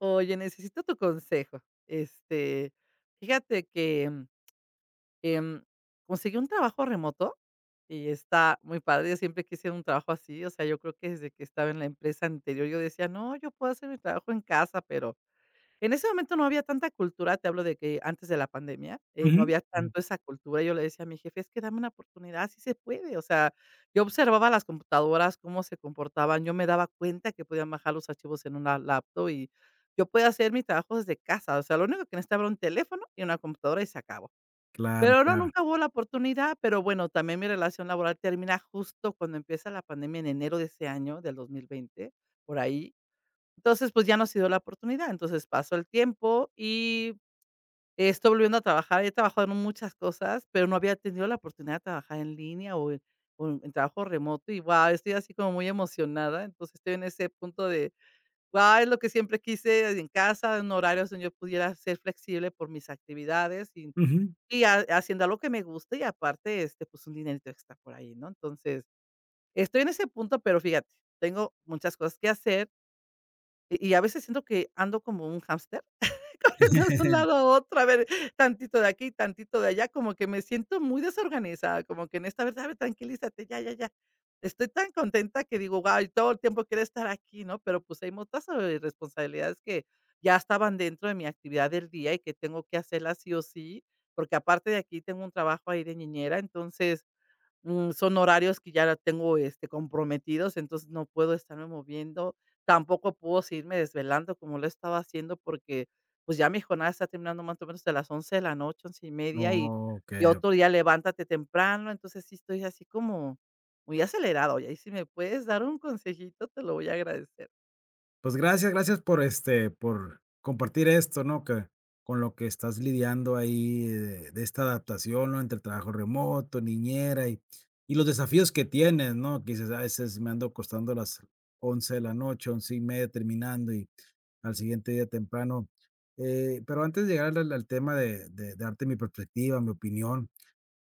Oye, necesito tu consejo. Este, Fíjate que, em, conseguí un trabajo remoto y está muy padre. Yo siempre quise un trabajo así, o sea, yo creo que desde que estaba en la empresa anterior yo decía: "No, yo puedo hacer mi trabajo en casa", pero en ese momento no había tanta cultura, te hablo de que antes de la pandemia, no Ujú, había ujú, tanto esa cultura. Yo le decía a mi jefe: "Es que dame una oportunidad, sí se puede". O sea, yo observaba las computadoras, cómo se comportaban, yo me daba cuenta que podían bajar los archivos en una laptop y yo podía hacer mi trabajo desde casa. O sea, lo único que necesitaba era un teléfono y una computadora y se acabó. claro, Pero no, claro. nunca hubo la oportunidad, pero bueno, también mi relación laboral termina justo cuando empieza la pandemia en enero de ese año, del 2020 por ahí. Entonces, pues, ya no se dio la oportunidad. Entonces, pasó el tiempo y estoy volviendo a trabajar. He trabajado en muchas cosas, pero no había tenido la oportunidad de trabajar en línea o en trabajo remoto y, guau, estoy así como muy emocionada. Entonces, estoy en ese punto de, guau, es lo que siempre quise en casa, en horarios donde yo pudiera ser flexible por mis actividades Ujú. y ha haciendo algo que me guste y aparte, pues, un dinerito extra por ahí, ¿no? Entonces, estoy en ese punto, pero fíjate, tengo muchas cosas que hacer y a veces siento que ando como un hámster, corriendo de un lado a otro, a ver, tantito de aquí, tantito de allá, como que me siento muy desorganizada, como que en esta vez, a ver, tranquilízate, ya, ya, ya. Estoy tan contenta que digo, guau, todo el tiempo quiero estar aquí, ¿no? Pero pues hay otras responsabilidades que ya estaban dentro de mi actividad del día y que tengo que hacerlas sí o sí, porque aparte de aquí tengo un trabajo ahí de niñera. Entonces son horarios que ya la tengo, comprometidos, entonces no puedo estarme moviendo, tampoco puedo seguirme desvelando como lo estaba haciendo porque, pues, ya mi jornada está terminando más o menos de las 11 de la noche, 11 y media, y Okey, otro okey. día levántate temprano, entonces sí estoy así como muy acelerado y ahí si me puedes dar un consejito, te lo voy a agradecer. Pues gracias, gracias por, por compartir esto, ¿no? Que con lo que estás lidiando ahí de esta adaptación, ¿no? Entre el trabajo remoto, niñera y los desafíos que tienes, ¿no? Que dices: "Ah, A veces me ando acostando a las 11 de la noche, 11 y media terminando y al siguiente día temprano". Pero antes de llegar al tema de darte mi perspectiva, mi opinión.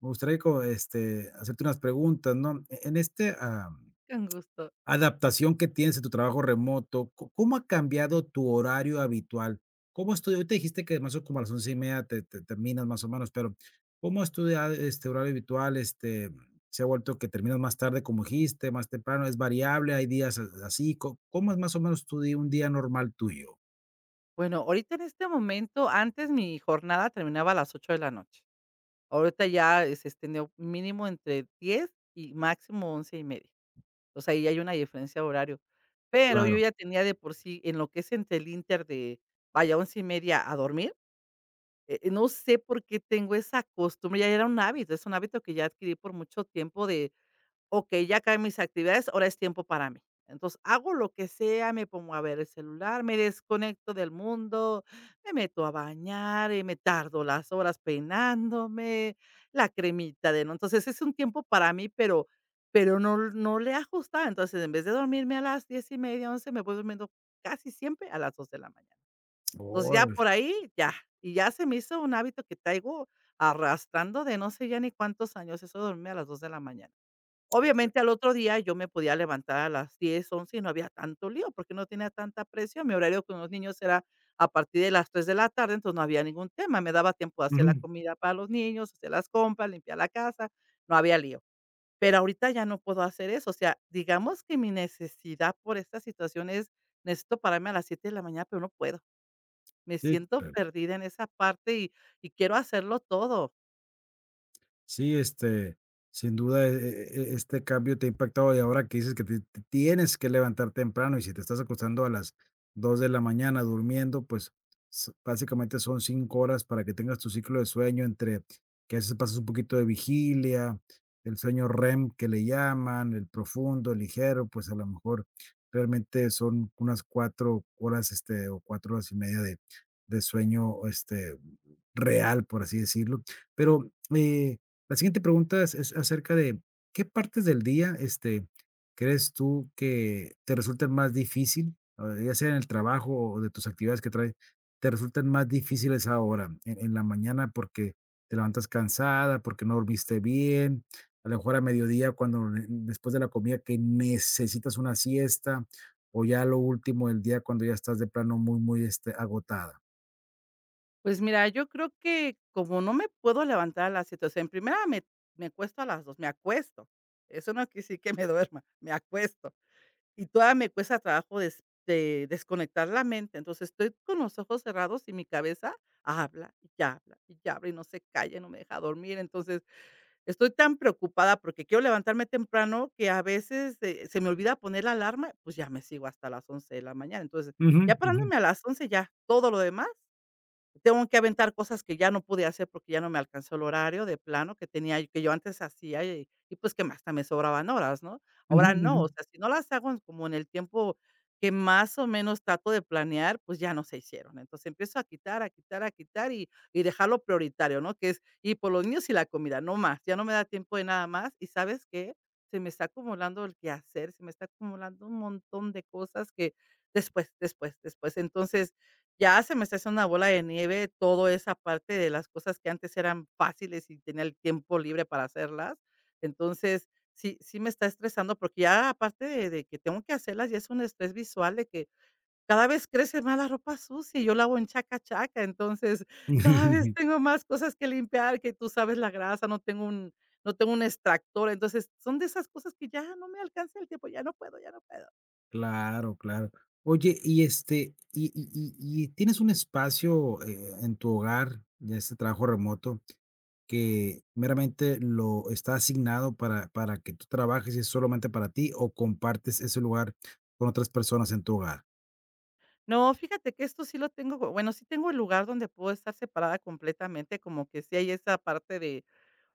Me gustaría hacerte unas preguntas, ¿no? En este, Con gusto. adaptación que tienes en tu trabajo remoto, ¿có cómo ha cambiado tu horario habitual? ¿Cómo es tu ahorita dijiste que más o menos como a las 11:30 te te terminas más o menos, pero ¿cómo es, horario habitual? Este, ¿se ha vuelto que terminas más tarde, como dijiste, más temprano? ¿Es variable? ¿Hay días a así? ¿Co cómo es más o menos tu día, un día normal tuyo? Bueno, ahorita en este momento, antes mi jornada terminaba a las 8 de la noche. Ahorita ya se extendió mínimo entre 10 y máximo 11 y media. O sea, ahí hay una diferencia de horario. Pero yo Claro. ya tenía de por sí, en lo que es entre el inter de, vaya, once y media a dormir, no sé por qué tengo esa costumbre, ya era un hábito, es un hábito que ya adquirí por mucho tiempo de: okey, ya acabé mis actividades, ahora es tiempo para mí. Entonces, hago lo que sea, me pongo a ver el celular, me desconecto del mundo, me meto a bañar y me tardo las horas peinándome, la cremita de no entonces, es un tiempo para mí, pero pero no le he ajustado. Entonces, en vez de dormirme a las diez y media, 11 me voy durmiendo casi siempre a las 2 de la mañana. Entonces, ya Órale. por ahí, ya. Y ya se me hizo un hábito que traigo arrastrando de no sé ya ni cuántos años, eso de dormirme a las 2 de la mañana. Güey. Obviamente, al otro día yo me podía levantar a las 10 11 y no había tanto lío, porque no tenía tanta presión. Mi horario con los niños era a partir de las 3 de la tarde, entonces no había ningún tema. Me daba tiempo de hacer la Ujú. comida para los niños, hacer las compras, limpiar la casa, no había lío. Pero ahorita ya no puedo hacer eso. O sea, digamos que mi necesidad por esta situación es, necesito pararme a las 7 de la mañana, pero no puedo. Me Sí, siento claro. perdida en esa parte y quiero hacerlo todo. Sí, sin duda, este cambio te ha impactado, y ahora que dices que te tienes que levantar temprano, y si te estás acostando a las 2 de la mañana durmiendo, pues s básicamente son 5 horas para que tengas tu ciclo de sueño entre que a veces pasas un poquito de vigilia, el sueño REM que le llaman, el profundo, el ligero, pues, a lo mejor realmente son unas 4 horas, o 4 horas y media de sueño, real, por así decirlo. Pero, la siguiente pregunta es acerca de, ¿qué partes del día, crees tú que te resultan más difícil? Ah, ya sea en el trabajo o de tus actividades que traes, te resultan más difíciles ahora, en la mañana porque te levantas cansada, porque no dormiste bien, a lo mejor a mediodía cuando ne después de la comida que necesitas una siesta, o ya a lo último del día cuando ya estás de plano muy, muy, agotada. Pues mira, yo creo que como no me puedo levantar a las siete, o sea, en primera me acuesto a las 2, me acuesto. Eso no quiere decir que me duerma, me acuesto. Y todavía me cuesta trabajo desconectar la mente. Entonces, estoy con los ojos cerrados y mi cabeza habla y habla y habla y no se calla, no me deja dormir. Entonces, estoy tan preocupada porque quiero levantarme temprano que a veces, se me olvida poner la alarma, pues ya me sigo hasta las 11 de la mañana. Entonces, Ujú, ya ujú, parándome a las 11 ya todo lo demás tengo que aventar cosas que ya no pude hacer porque ya no me alcanzó el horario de plano que tenía y que yo antes hacía y pues que hasta me sobraban horas, ¿no? ujú, Ahora ujú. no, o sea, si no las hago en como en el tiempo que más o menos trato de planear, pues ya no se hicieron. Entonces empiezo a quitar, a quitar, a quitar y dejarlo prioritario, ¿no? Que es y por los niños y la comida, no más. Ya no me da tiempo de nada más. ¿Y sabes qué? Se me está acumulando el quehacer, se me está acumulando un montón de cosas que después, después, después. Entonces, ya se me está haciendo una bola de nieve todo esa parte de las cosas que antes eran fáciles y tenía el tiempo libre para hacerlas. Entonces, sí me está estresando, porque ya aparte de que tengo que hacerlas, ya es un estrés visual de que cada vez crece más la ropa sucia y yo la hago en chaca chaca. Entonces, cada vez tengo más cosas que limpiar, que tú sabes la grasa, no tengo un extractor. Entonces, son de esas cosas que ya no me alcanza el tiempo, ya no puedo, ya no puedo. Claro, claro. Oye, y tienes un espacio, en tu hogar, de este trabajo remoto que meramente lo está asignado para que tú trabajes, y es solamente para ti o compartes ese lugar con otras personas en tu hogar. No, fíjate que esto sí lo tengo, co bueno, sí tengo el lugar donde puedo estar separada completamente, como que sí hay esa parte de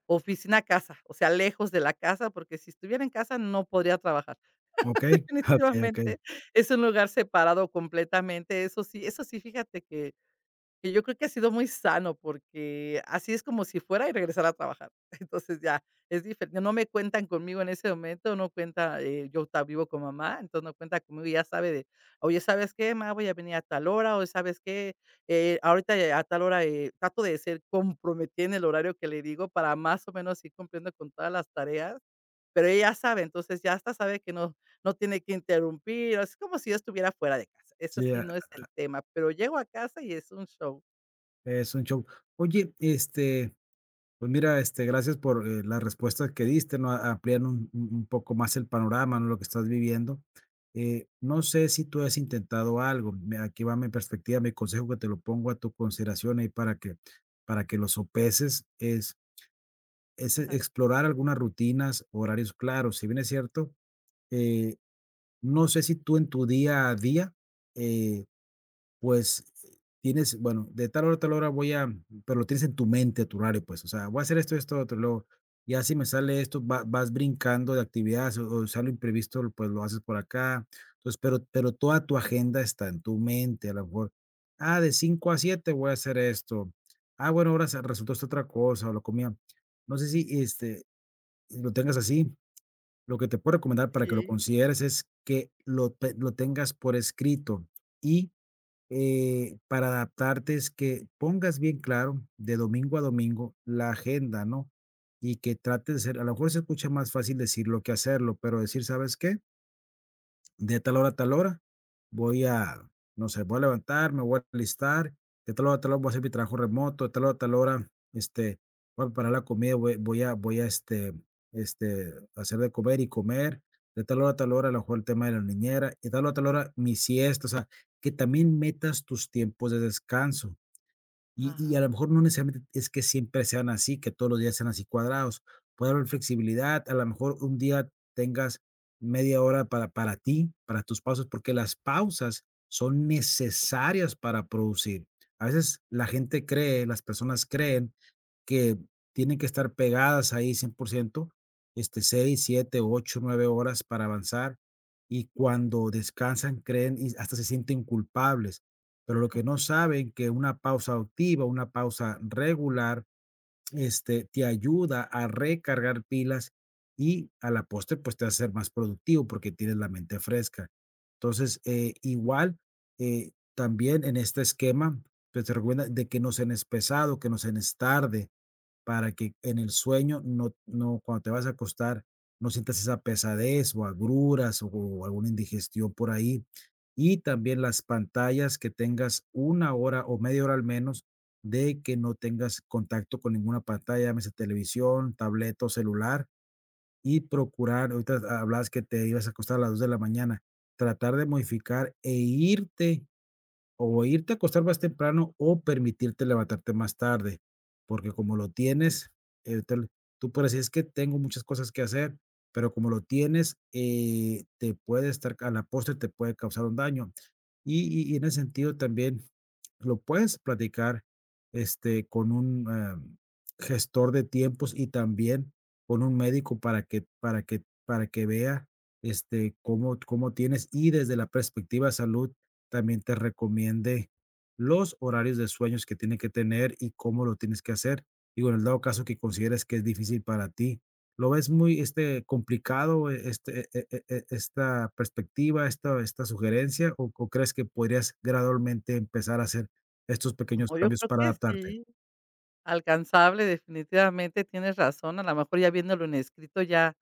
oficina casa, o sea, lejos de la casa, porque si estuviera en casa no podría trabajar. ¿Ok? Ok, ok. Definitivamente es un lugar separado completamente, eso sí, eso sí, fíjate que y yo creo que ha sido muy sano, porque así es como si fuera y regresara a trabajar. Entonces ya es diferente. No me cuentan conmigo en ese momento, no cuenta, yo vivo con mamá, entonces no cuenta conmigo y ya sabe de, oye, ¿sabes qué, ma? Voy a venir a tal hora, o ¿sabes qué? Ahorita a tal hora trato de ser comprometida en el horario que le digo para más o menos ir cumpliendo con todas las tareas, pero ella ya sabe, entonces ya hasta sabe que no, no tiene que interrumpir, es como si yo estuviera fuera de casa. Eso Sí, sí ah, no es el tema, pero llego a casa y es un show. es un show. Oye, pues mira, gracias por, las respuestas que diste, ¿no? Amplían un poco más el panorama, ¿no? Lo que estás viviendo. No sé si tú has intentado algo. Aquí va mi perspectiva, mi consejo, que te lo pongo a tu consideración ahí para que lo sopeses, es Ajá, explorar algunas rutinas, horarios claros. Si bien es cierto, eh, no sé si tú en tu día a día, eh, pues, tienes, bueno, de tal hora a tal hora voy a pero lo tienes en tu mente, tu horario, pues, o sea, voy a hacer esto, esto, otro, luego, ya si me sale esto, va vas brincando de actividades, o sale imprevisto, pues, lo haces por acá. Entonces, pero toda tu agenda está en tu mente, a lo mejor, ah, de 5 a 7 voy a hacer esto. Ah, bueno, ahora se resultó esta otra cosa, o lo comía. No sé si, lo tengas así. Lo que te puedo recomendar para que lo sí. consideres es que lo pe lo tengas por escrito y, para adaptarte, es que pongas bien claro de domingo a domingo la agenda, ¿no? Y que trates de ser, a lo mejor se escucha más fácil decirlo que hacerlo, pero decir, ¿sabes qué? De tal hora a tal hora voy a, no sé, voy a levantar, me voy a alistar, de tal hora a tal hora voy a hacer mi trabajo remoto, de tal hora a tal hora, este, voy a preparar la comida, voy a hacer de comer y comer, de tal hora, a lo mejor el tema de la niñera, de tal hora a tal hora, mi siesta, o sea, que también metas tus tiempos de descanso, y a lo Ah, mejor no necesariamente es que siempre sean así, que todos los días sean así cuadrados. Puede haber flexibilidad, a lo mejor un día tengas media hora para ti, para tus pausas, porque las pausas son necesarias para producir. A veces la gente cree, las personas creen que tienen que estar pegadas ahí 100%, 6, 7, 8, 9 horas para avanzar, y cuando descansan creen y hasta se sienten culpables, pero lo que no saben que una pausa activa, una pausa regular, te ayuda a recargar pilas y, a la postre, pues te hace ser más productivo porque tienes la mente fresca. Entonces, igual, también en este esquema, pues se recomienda de que no cenes pesado, que no cenes tarde, para que en el sueño no cuando te vas a acostar, no sientas esa pesadez o agruras, o alguna indigestión por ahí. Y también las pantallas, que tengas 1 hora o media hora al menos de que no tengas contacto con ninguna pantalla, llámese televisión, tableta o celular, y procurar, ahorita hablabas que te ibas a acostar a las 2 de la mañana, tratar de modificar e irte, o irte a acostar más temprano o permitirte levantarte más tarde, porque como lo tienes, te l tú puedes decir: "Es que tengo muchas cosas que hacer", pero como lo tienes, te puede estar a la postre te puede causar un daño. Y en ese sentido también lo puedes platicar, con un, gestor de tiempos y también con un médico para que, vea, cómo tienes, y desde la perspectiva de salud también te recomiende los horarios de sueños que tiene que tener y cómo lo tienes que hacer. Digo, en el dado caso que consideres que es difícil para ti, lo ves muy, complicado, esta perspectiva, esta sugerencia, o crees que podrías gradualmente empezar a hacer estos pequeños no, yo cambios creo para que adaptarte. sí, alcanzable, definitivamente, tienes razón, a lo mejor ya viéndolo en escrito ya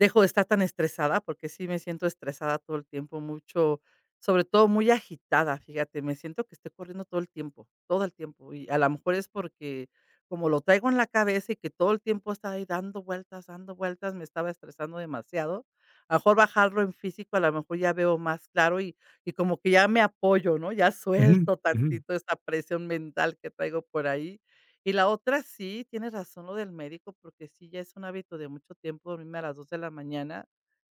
dejo de estar tan estresada, porque sí me siento estresada todo el tiempo, mucho, sobre todo muy agitada, fíjate, me siento que estoy corriendo todo el tiempo, y a lo mejor es porque como lo traigo en la cabeza y que todo el tiempo está ahí dando vueltas, me estaba estresando demasiado. A lo mejor bajarlo en físico, a lo mejor ya veo más claro y como que ya me apoyo, ¿no? Ya Ujú, suelto ujú. tantito esa presión mental que traigo por ahí y la otra sí, tienes razón lo del médico, porque sí ya es un hábito de mucho tiempo dormirme a las 2 de la mañana,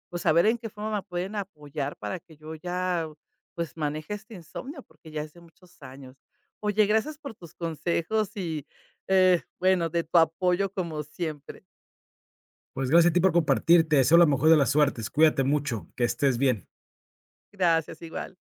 pues, saber en qué forma me pueden apoyar para que yo ya, pues, maneje este insomnio, porque ya es de muchos años. Oye, gracias por tus consejos y, bueno, de tu apoyo como siempre. Pues gracias a ti por compartirte. Deseo la mejor de las suertes, cuídate mucho, que estés bien. Gracias, igual.